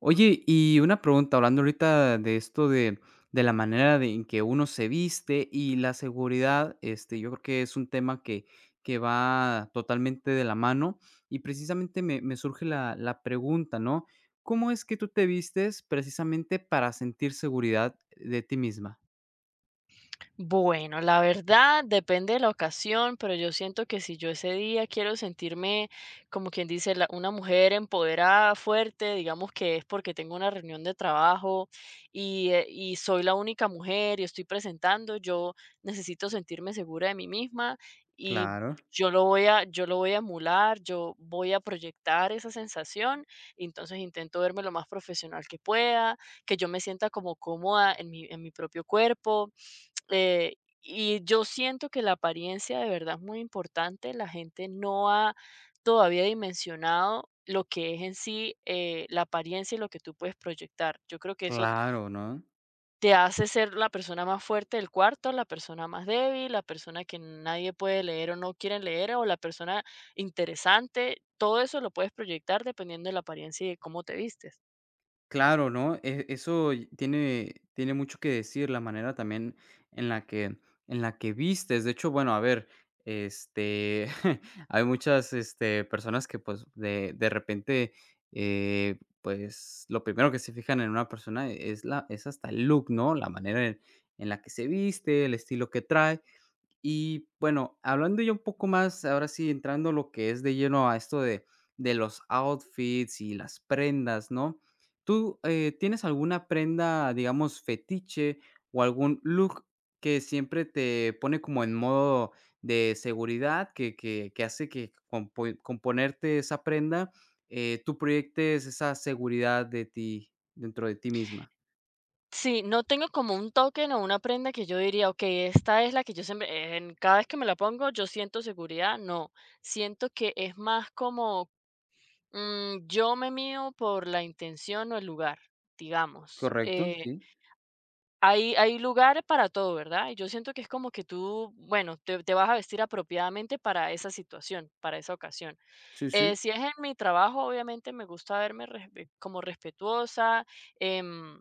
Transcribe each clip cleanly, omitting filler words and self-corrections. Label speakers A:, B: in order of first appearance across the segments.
A: Oye, y una pregunta, hablando ahorita de esto de la manera de en que uno se viste y la seguridad, yo creo que es un tema que va totalmente de la mano, y precisamente me surge la pregunta, ¿no? ¿Cómo es que tú te vistes precisamente para sentir seguridad de ti misma?
B: Bueno, la verdad depende de la ocasión, pero yo siento que si yo ese día quiero sentirme, como quien dice, una mujer empoderada, fuerte, digamos que es porque tengo una reunión de trabajo y soy la única mujer y estoy presentando, yo necesito sentirme segura de mí misma y
A: Claro,
B: yo lo voy a emular, yo voy a proyectar esa sensación, y entonces intento verme lo más profesional que pueda, que yo me sienta como cómoda en mi propio cuerpo, eh, y yo siento que la apariencia de verdad es muy importante. La gente no ha todavía dimensionado lo que es en sí, la apariencia y lo que tú puedes proyectar. Yo creo que eso
A: claro, ¿no?
B: te hace ser la persona más fuerte del cuarto, la persona más débil, la persona que nadie puede leer o no quiere leer, o la persona interesante. Todo eso lo puedes proyectar dependiendo de la apariencia y de cómo te vistes.
A: Claro, ¿no? Eso tiene mucho que decir, la manera también en la que en la que vistes. De hecho, bueno, a ver, este, hay muchas, personas que, pues, de repente, pues, lo primero que se fijan en una persona es la es hasta el look, ¿no? La manera en la que se viste, el estilo que trae. Y bueno, hablando ya un poco más, ahora sí, entrando lo que es de lleno a esto de los outfits y las prendas, ¿no? ¿Tú tienes alguna prenda, digamos, fetiche o algún look que siempre te pone como en modo de seguridad, que hace que con ponerte esa prenda, tú proyectes esa seguridad de ti, dentro de ti misma?
B: Sí, no tengo como un token o una prenda que yo diría, ok, esta es la que yo siempre, en, cada vez que me la pongo, yo siento seguridad. No, siento que es más como yo me mío por la intención o el lugar, digamos.
A: Correcto, sí.
B: Hay lugares para todo, ¿verdad? Y yo siento que es como que tú, bueno, te vas a vestir apropiadamente para esa situación, para esa ocasión.
A: Sí, sí.
B: Si es en mi trabajo, obviamente me gusta verme como respetuosa. em,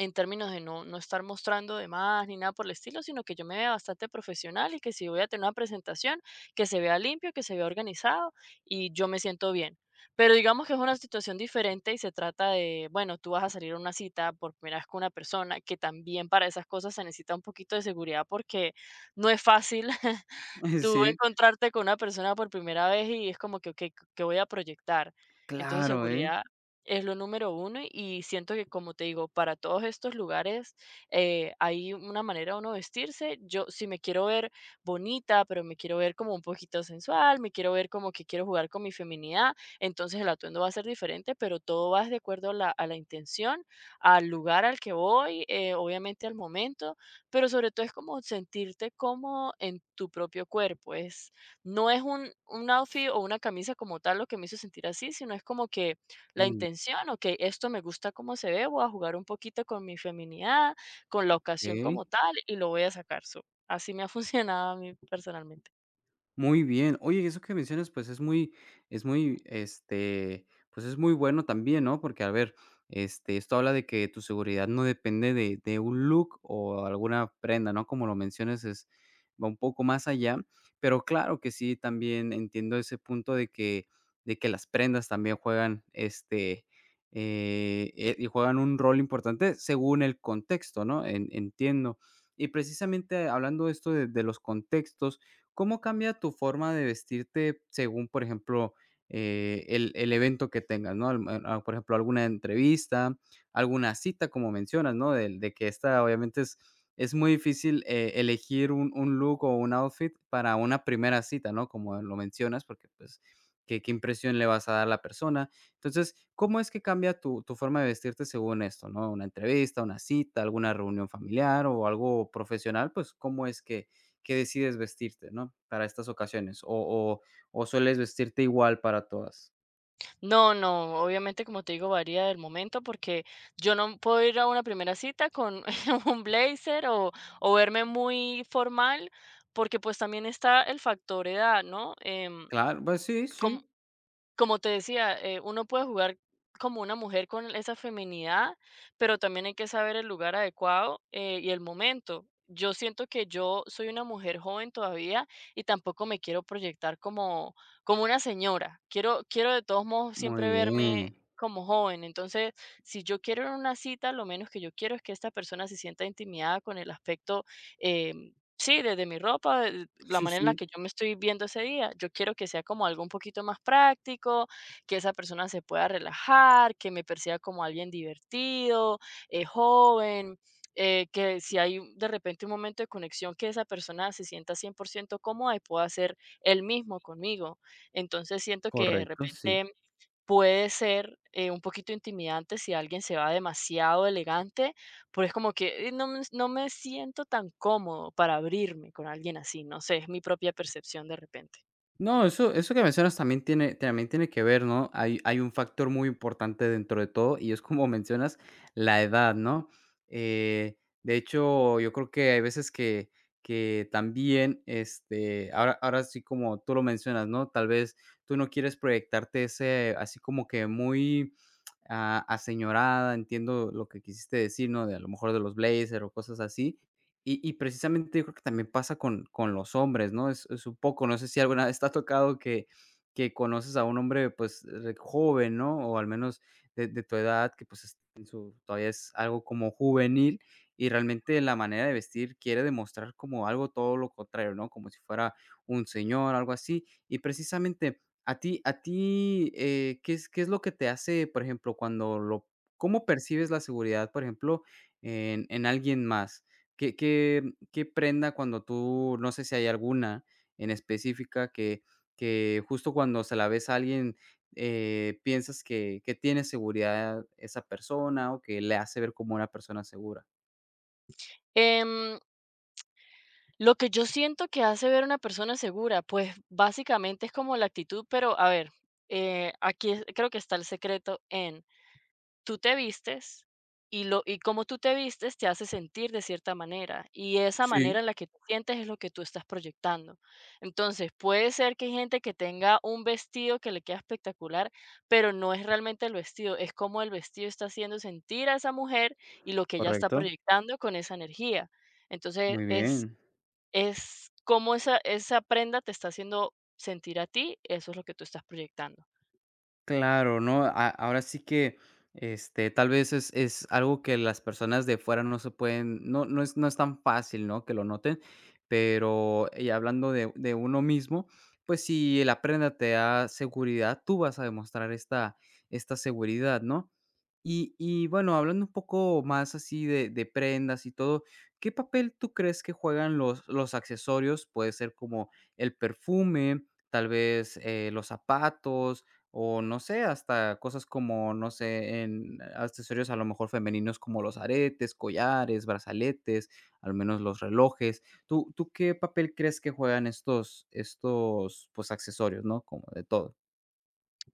B: en términos de no estar mostrando de más ni nada por el estilo, sino que yo me vea bastante profesional y que si voy a tener una presentación, que se vea limpio, que se vea organizado y yo me siento bien. Pero digamos que es una situación diferente y se trata de, bueno, tú vas a salir a una cita por primera vez con una persona, que también para esas cosas se necesita un poquito de seguridad porque no es fácil tú
A: Sí,
B: encontrarte con una persona por primera vez y es como que, okey, ¿qué voy a proyectar? Entonces,
A: claro, ¿eh?
B: seguridad es lo número uno y siento que, como te digo, para todos estos lugares, hay una manera de uno vestirse. Yo, si me quiero ver bonita, pero me quiero ver como un poquito sensual, me quiero ver como que quiero jugar con mi feminidad, entonces el atuendo va a ser diferente, pero todo va de acuerdo a la intención, al lugar al que voy, obviamente al momento, pero sobre todo es como sentirte cómodo en tu propio cuerpo. Es, no es un outfit o una camisa como tal lo que me hizo sentir así, sino es como que la
A: Mm.
B: intención, ok, esto me gusta cómo se ve, voy a jugar un poquito con mi feminidad, con la ocasión
A: Ok.
B: como tal y lo voy a sacar. So, así me ha funcionado a mí personalmente.
A: Muy bien. Oye, eso que mencionas, pues, es muy, pues, es muy bueno también, ¿no? Porque, a ver, esto habla de que tu seguridad no depende de un look o alguna prenda, ¿no? Como lo mencionas, es va un poco más allá, pero claro que sí, también entiendo ese punto de que las prendas también juegan, y juegan un rol importante según el contexto, ¿no? En entiendo. Y precisamente hablando de esto de los contextos, ¿cómo cambia tu forma de vestirte según, por ejemplo, el evento que tengas, ¿no? Por ejemplo, alguna entrevista, alguna cita, como mencionas, ¿no? Del De que esta, obviamente, es muy difícil, elegir un look o un outfit para una primera cita, ¿no? Como lo mencionas, porque, pues, ¿qué impresión le vas a dar a la persona? Entonces, ¿cómo es que cambia tu forma de vestirte según esto, ¿no? Una entrevista, una cita, alguna reunión familiar o algo profesional, pues, ¿cómo es que qué decides vestirte, ¿no? Para estas ocasiones, o o sueles vestirte igual para todas.
B: No, no, obviamente, como te digo, varía del momento porque yo no puedo ir a una primera cita con un blazer o verme muy formal, porque pues también está el factor edad, ¿no?
A: Claro, pues sí,
B: Como-
A: sí,
B: como te decía, uno puede jugar como una mujer con esa feminidad, pero también hay que saber el lugar adecuado, y el momento. Yo siento que yo soy una mujer joven todavía y tampoco me quiero proyectar como, como una señora. Quiero de todos modos
A: muy
B: siempre verme
A: bien.
B: como joven. Entonces, si yo quiero ir a una cita, lo menos que yo quiero es que esta persona se sienta intimidada con el aspecto, eh, sí, desde mi ropa, de la
A: Sí,
B: manera en la
A: sí,
B: que yo me estoy viendo ese día, yo quiero que sea como algo un poquito más práctico, que esa persona se pueda relajar, que me perciba como alguien divertido, joven, que si hay de repente un momento de conexión, que esa persona se sienta 100% cómoda y pueda ser él mismo conmigo. Entonces siento que de
A: correcto, sí.
B: repente puede ser, un poquito intimidante si alguien se va demasiado elegante, porque es como que, no me siento tan cómodo para abrirme con alguien así, no sé, es mi propia percepción de repente.
A: No, eso que mencionas también tiene que ver, ¿no? Hay un factor muy importante dentro de todo, y es como mencionas, la edad, ¿no? De hecho, yo creo que hay veces que también, ahora sí como tú lo mencionas, ¿no? Tal vez tú no quieres proyectarte ese así como que muy, aseñorada, entiendo lo que quisiste decir, ¿no? De a lo mejor de los blazers o cosas así, y precisamente yo creo que también pasa con los hombres, ¿no? Es un poco, no sé si alguna vez te ha tocado que conoces a un hombre, pues, joven, ¿no? O al menos de tu edad, que, pues, es en su todavía es algo como juvenil, y realmente la manera de vestir quiere demostrar como algo todo lo contrario, ¿no? Como si fuera un señor, algo así. Y precisamente a ti, qué es lo que te hace, por ejemplo, cuando lo cómo percibes la seguridad, por ejemplo, en alguien más? ¿Qué qué qué prenda cuando tú no sé si hay alguna en específica que justo cuando se la ves a alguien, piensas que tiene seguridad esa persona o que le hace ver como una persona segura?
B: Em, lo que yo siento que hace ver a una persona segura, pues, básicamente es como la actitud, pero a ver, aquí es creo que está el secreto en tú te vistes y lo y cómo tú te vistes te hace sentir de cierta manera, y esa
A: Sí.
B: manera en la que tú sientes es lo que tú estás proyectando. Entonces, puede ser que hay gente que tenga un vestido que le queda espectacular, pero no es realmente el vestido, es cómo el vestido está haciendo sentir a esa mujer y lo que ella está
A: Correcto,
B: proyectando con esa energía. Entonces,
A: muy bien.
B: es cómo esa prenda te está haciendo sentir a ti, eso es lo que tú estás proyectando.
A: Claro, ¿no? A Ahora sí que, tal vez es algo que las personas de fuera no se pueden es es tan fácil, ¿no?, que lo noten, pero, y hablando de uno mismo, pues si la aprenda te da seguridad, tú vas a demostrar esta seguridad, ¿no? Y bueno, hablando un poco más así de prendas y todo, ¿qué papel tú crees que juegan los accesorios? Puede ser como el perfume, tal vez, los zapatos o no sé, hasta cosas como, no sé, en accesorios a lo mejor femeninos como los aretes, collares, brazaletes, al menos los relojes. ¿Tú qué papel crees que juegan estos, pues, accesorios, ¿no? Como de todo.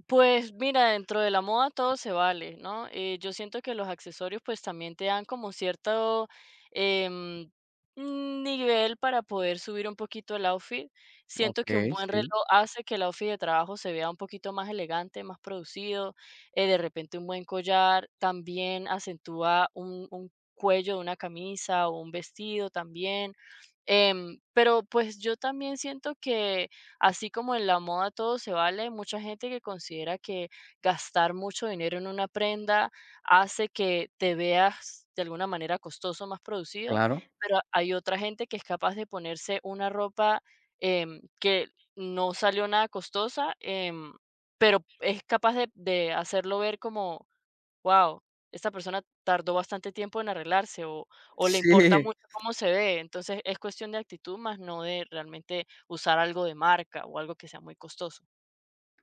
B: Pues mira, dentro de la moda todo se vale, ¿no? Yo siento que los accesorios pues también te dan como cierto, em, nivel para poder subir un poquito el outfit. Siento que un
A: Okey,
B: buen
A: sí,
B: reloj hace que el outfit de trabajo se vea un poquito más elegante, más producido. De repente un buen collar también acentúa un cuello de una camisa o un vestido también. Pero pues yo también siento que así como en la moda todo se vale, hay mucha gente que considera que gastar mucho dinero en una prenda hace que te veas de alguna manera costoso, más producido,
A: claro.
B: pero hay otra gente que es capaz de ponerse una ropa, que no salió nada costosa, pero es capaz de hacerlo ver como wow, esta persona tardó bastante tiempo en arreglarse o le importa
A: Sí.
B: mucho cómo se ve. Entonces, es cuestión de actitud, más no de realmente usar algo de marca o algo que sea muy costoso.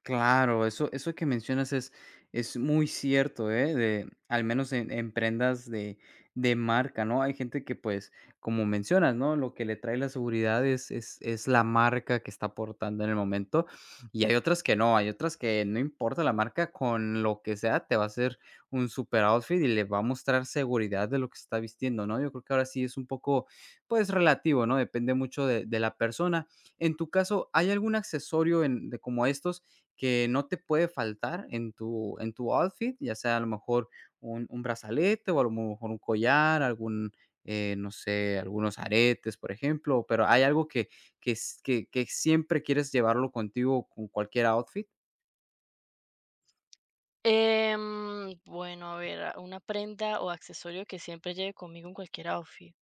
A: Claro, eso que mencionas es muy cierto, ¿eh? De al menos en prendas de marca, ¿no? Hay gente que, pues, como mencionas, ¿no? Lo que le trae la seguridad es es la marca que está portando en el momento, y hay otras que no, hay otras que no importa la marca, con lo que sea te va a hacer un super outfit y le va a mostrar seguridad de lo que se está vistiendo, ¿no? Yo creo que ahora sí es un poco, pues, relativo, ¿no? Depende mucho de la persona. En tu caso, ¿hay algún accesorio en de como estos que no te puede faltar en tu outfit, ya sea a lo mejor un brazalete o a lo mejor un collar, algún, no sé, algunos aretes, por ejemplo, pero ¿hay algo que que siempre quieres llevarlo contigo con cualquier outfit?
B: Bueno, a ver, a una prenda o accesorio que siempre lleve conmigo en cualquier outfit.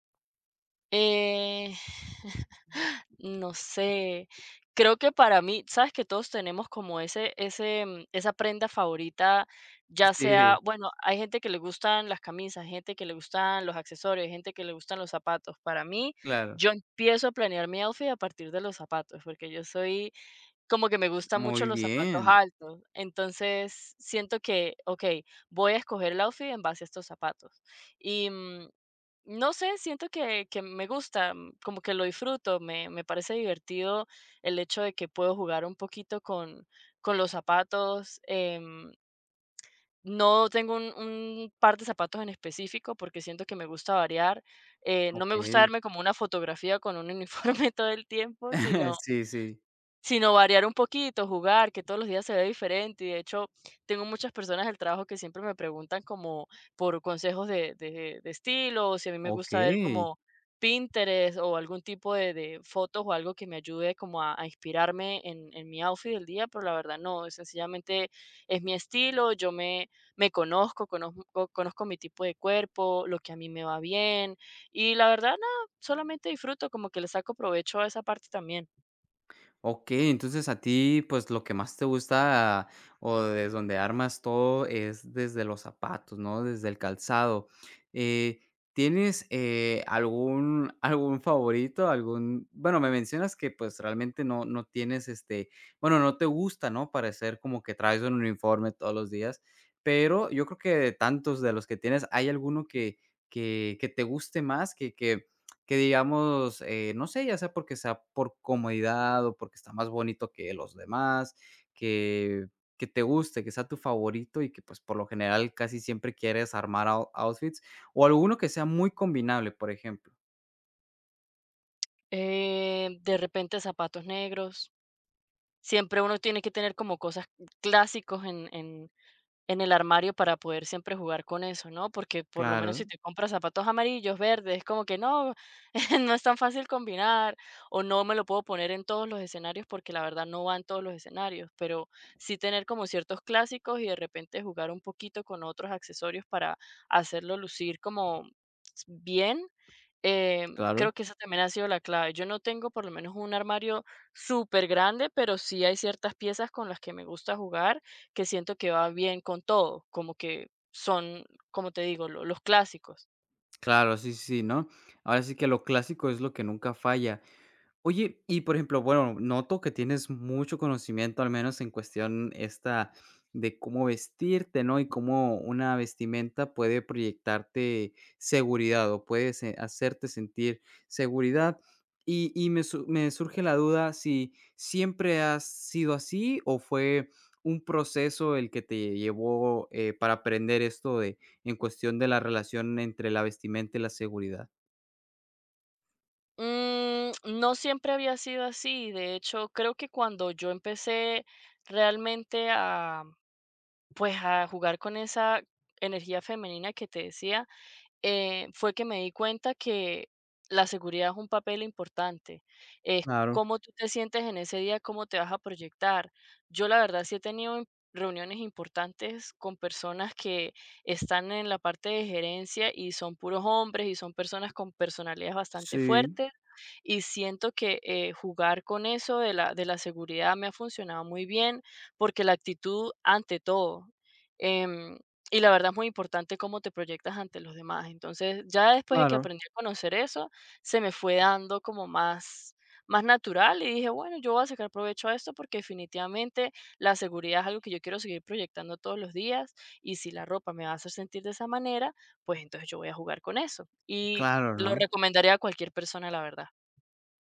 B: Eh, no sé, creo que para mí, sabes que todos tenemos como ese esa prenda favorita, ya sea,
A: Sí,
B: bueno, hay gente que le gustan las camisas, gente que le gustan los accesorios, gente que le gustan los zapatos. Para mí,
A: claro.
B: yo empiezo a planear mi outfit a partir de los zapatos, porque yo soy como que me gustan mucho
A: Muy
B: los zapatos
A: bien.
B: altos. Entonces, siento que, ok, voy a escoger el outfit en base a estos zapatos. Y, no sé, siento que me gusta, como que lo disfruto, me parece divertido el hecho de que puedo jugar un poquito con los zapatos, no tengo un par de zapatos en específico, porque siento que me gusta variar, no me gusta
A: Okey.
B: darme como una fotografía con un uniforme todo el tiempo, sino
A: Sí, sí.
B: Sino variar un poquito, jugar, que todos los días se ve diferente, y de hecho, tengo muchas personas del trabajo que siempre me preguntan como por consejos de estilo, o si a mí me gusta ver
A: Okey.
B: como Pinterest o algún tipo de fotos o algo que me ayude como a inspirarme en mi outfit del día, pero la verdad no, sencillamente es mi estilo, yo me conozco, conozco mi tipo de cuerpo, lo que a mí me va bien, y la verdad, no solamente disfruto, como que le saco provecho a esa parte también.
A: Okey, entonces a ti, pues, lo que más te gusta o desde donde armas todo es desde los zapatos, ¿no? Desde el calzado. Eh, ¿Tienes, algún favorito? Algún bueno, me mencionas que, pues, realmente no tienes, bueno, no te gusta, ¿no? Parecer como que traes un uniforme todos los días, pero yo creo que de tantos de los que tienes, ¿hay alguno que te guste más, que digamos, no sé, ya sea porque sea por comodidad o porque está más bonito que los demás, que que te guste, que sea tu favorito y que, pues, por lo general casi siempre quieres armar ou outfits, o alguno que sea muy combinable, por ejemplo.
B: De repente zapatos negros. Siempre uno tiene que tener como cosas clásicos en en el armario para poder siempre jugar con eso, ¿no? Porque por lo menos
A: Claro,
B: si te compras zapatos amarillos, verdes, es como que no, no es tan fácil combinar o no me lo puedo poner en todos los escenarios porque la verdad no va en todos los escenarios, pero sí tener como ciertos clásicos y de repente jugar un poquito con otros accesorios para hacerlo lucir como bien. eh,
A: claro.
B: creo que esa también ha sido la clave. Yo no tengo por lo menos un armario súper grande, pero sí hay ciertas piezas con las que me gusta jugar que siento que va bien con todo, como que son, como te digo, los clásicos.
A: Claro, sí, sí, ¿no? Ahora sí que lo clásico es lo que nunca falla. Oye, y por ejemplo, bueno, noto que tienes mucho conocimiento, al menos en cuestión esta de cómo vestirte, ¿no? Y cómo una vestimenta puede proyectarte seguridad o puede hacerte sentir seguridad. Me, me surge la duda si siempre has sido así o fue un proceso el que te llevó para aprender esto de en cuestión de la relación entre la vestimenta y la seguridad.
B: Mm, no siempre había sido así. De hecho, creo que cuando yo empecé realmente a, pues, a jugar con esa energía femenina que te decía, fue que me di cuenta que la seguridad es un papel importante. Es
A: Claro,
B: cómo tú te sientes en ese día, cómo te vas a proyectar. Yo la verdad sí he tenido reuniones importantes con personas que están en la parte de gerencia y son puros hombres y son personas con personalidades bastante
A: sí,
B: fuertes y siento que, jugar con eso de la seguridad me ha funcionado muy bien porque la actitud ante todo. em, y la verdad es muy importante cómo te proyectas ante los demás. Entonces, ya después de que
A: claro.
B: aprendí a conocer eso, se me fue dando como más natural y dije, bueno, yo voy a sacar provecho a esto porque definitivamente la seguridad es algo que yo quiero seguir proyectando todos los días y si la ropa me va a hacer sentir de esa manera, pues entonces yo voy a jugar con eso. Y
A: Claro,
B: lo
A: ¿no?
B: recomendaría a cualquier persona, la verdad.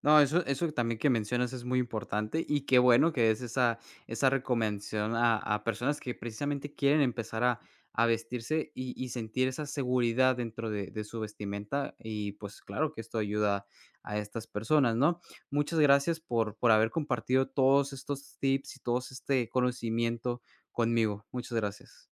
A: No, eso también que mencionas es muy importante, y qué bueno que es esa recomendación a personas que precisamente quieren empezar a vestirse y sentir esa seguridad dentro de su vestimenta, y pues claro que esto ayuda a estas personas, ¿no? Muchas gracias por haber compartido todos estos tips y todos este conocimiento conmigo. Muchas gracias.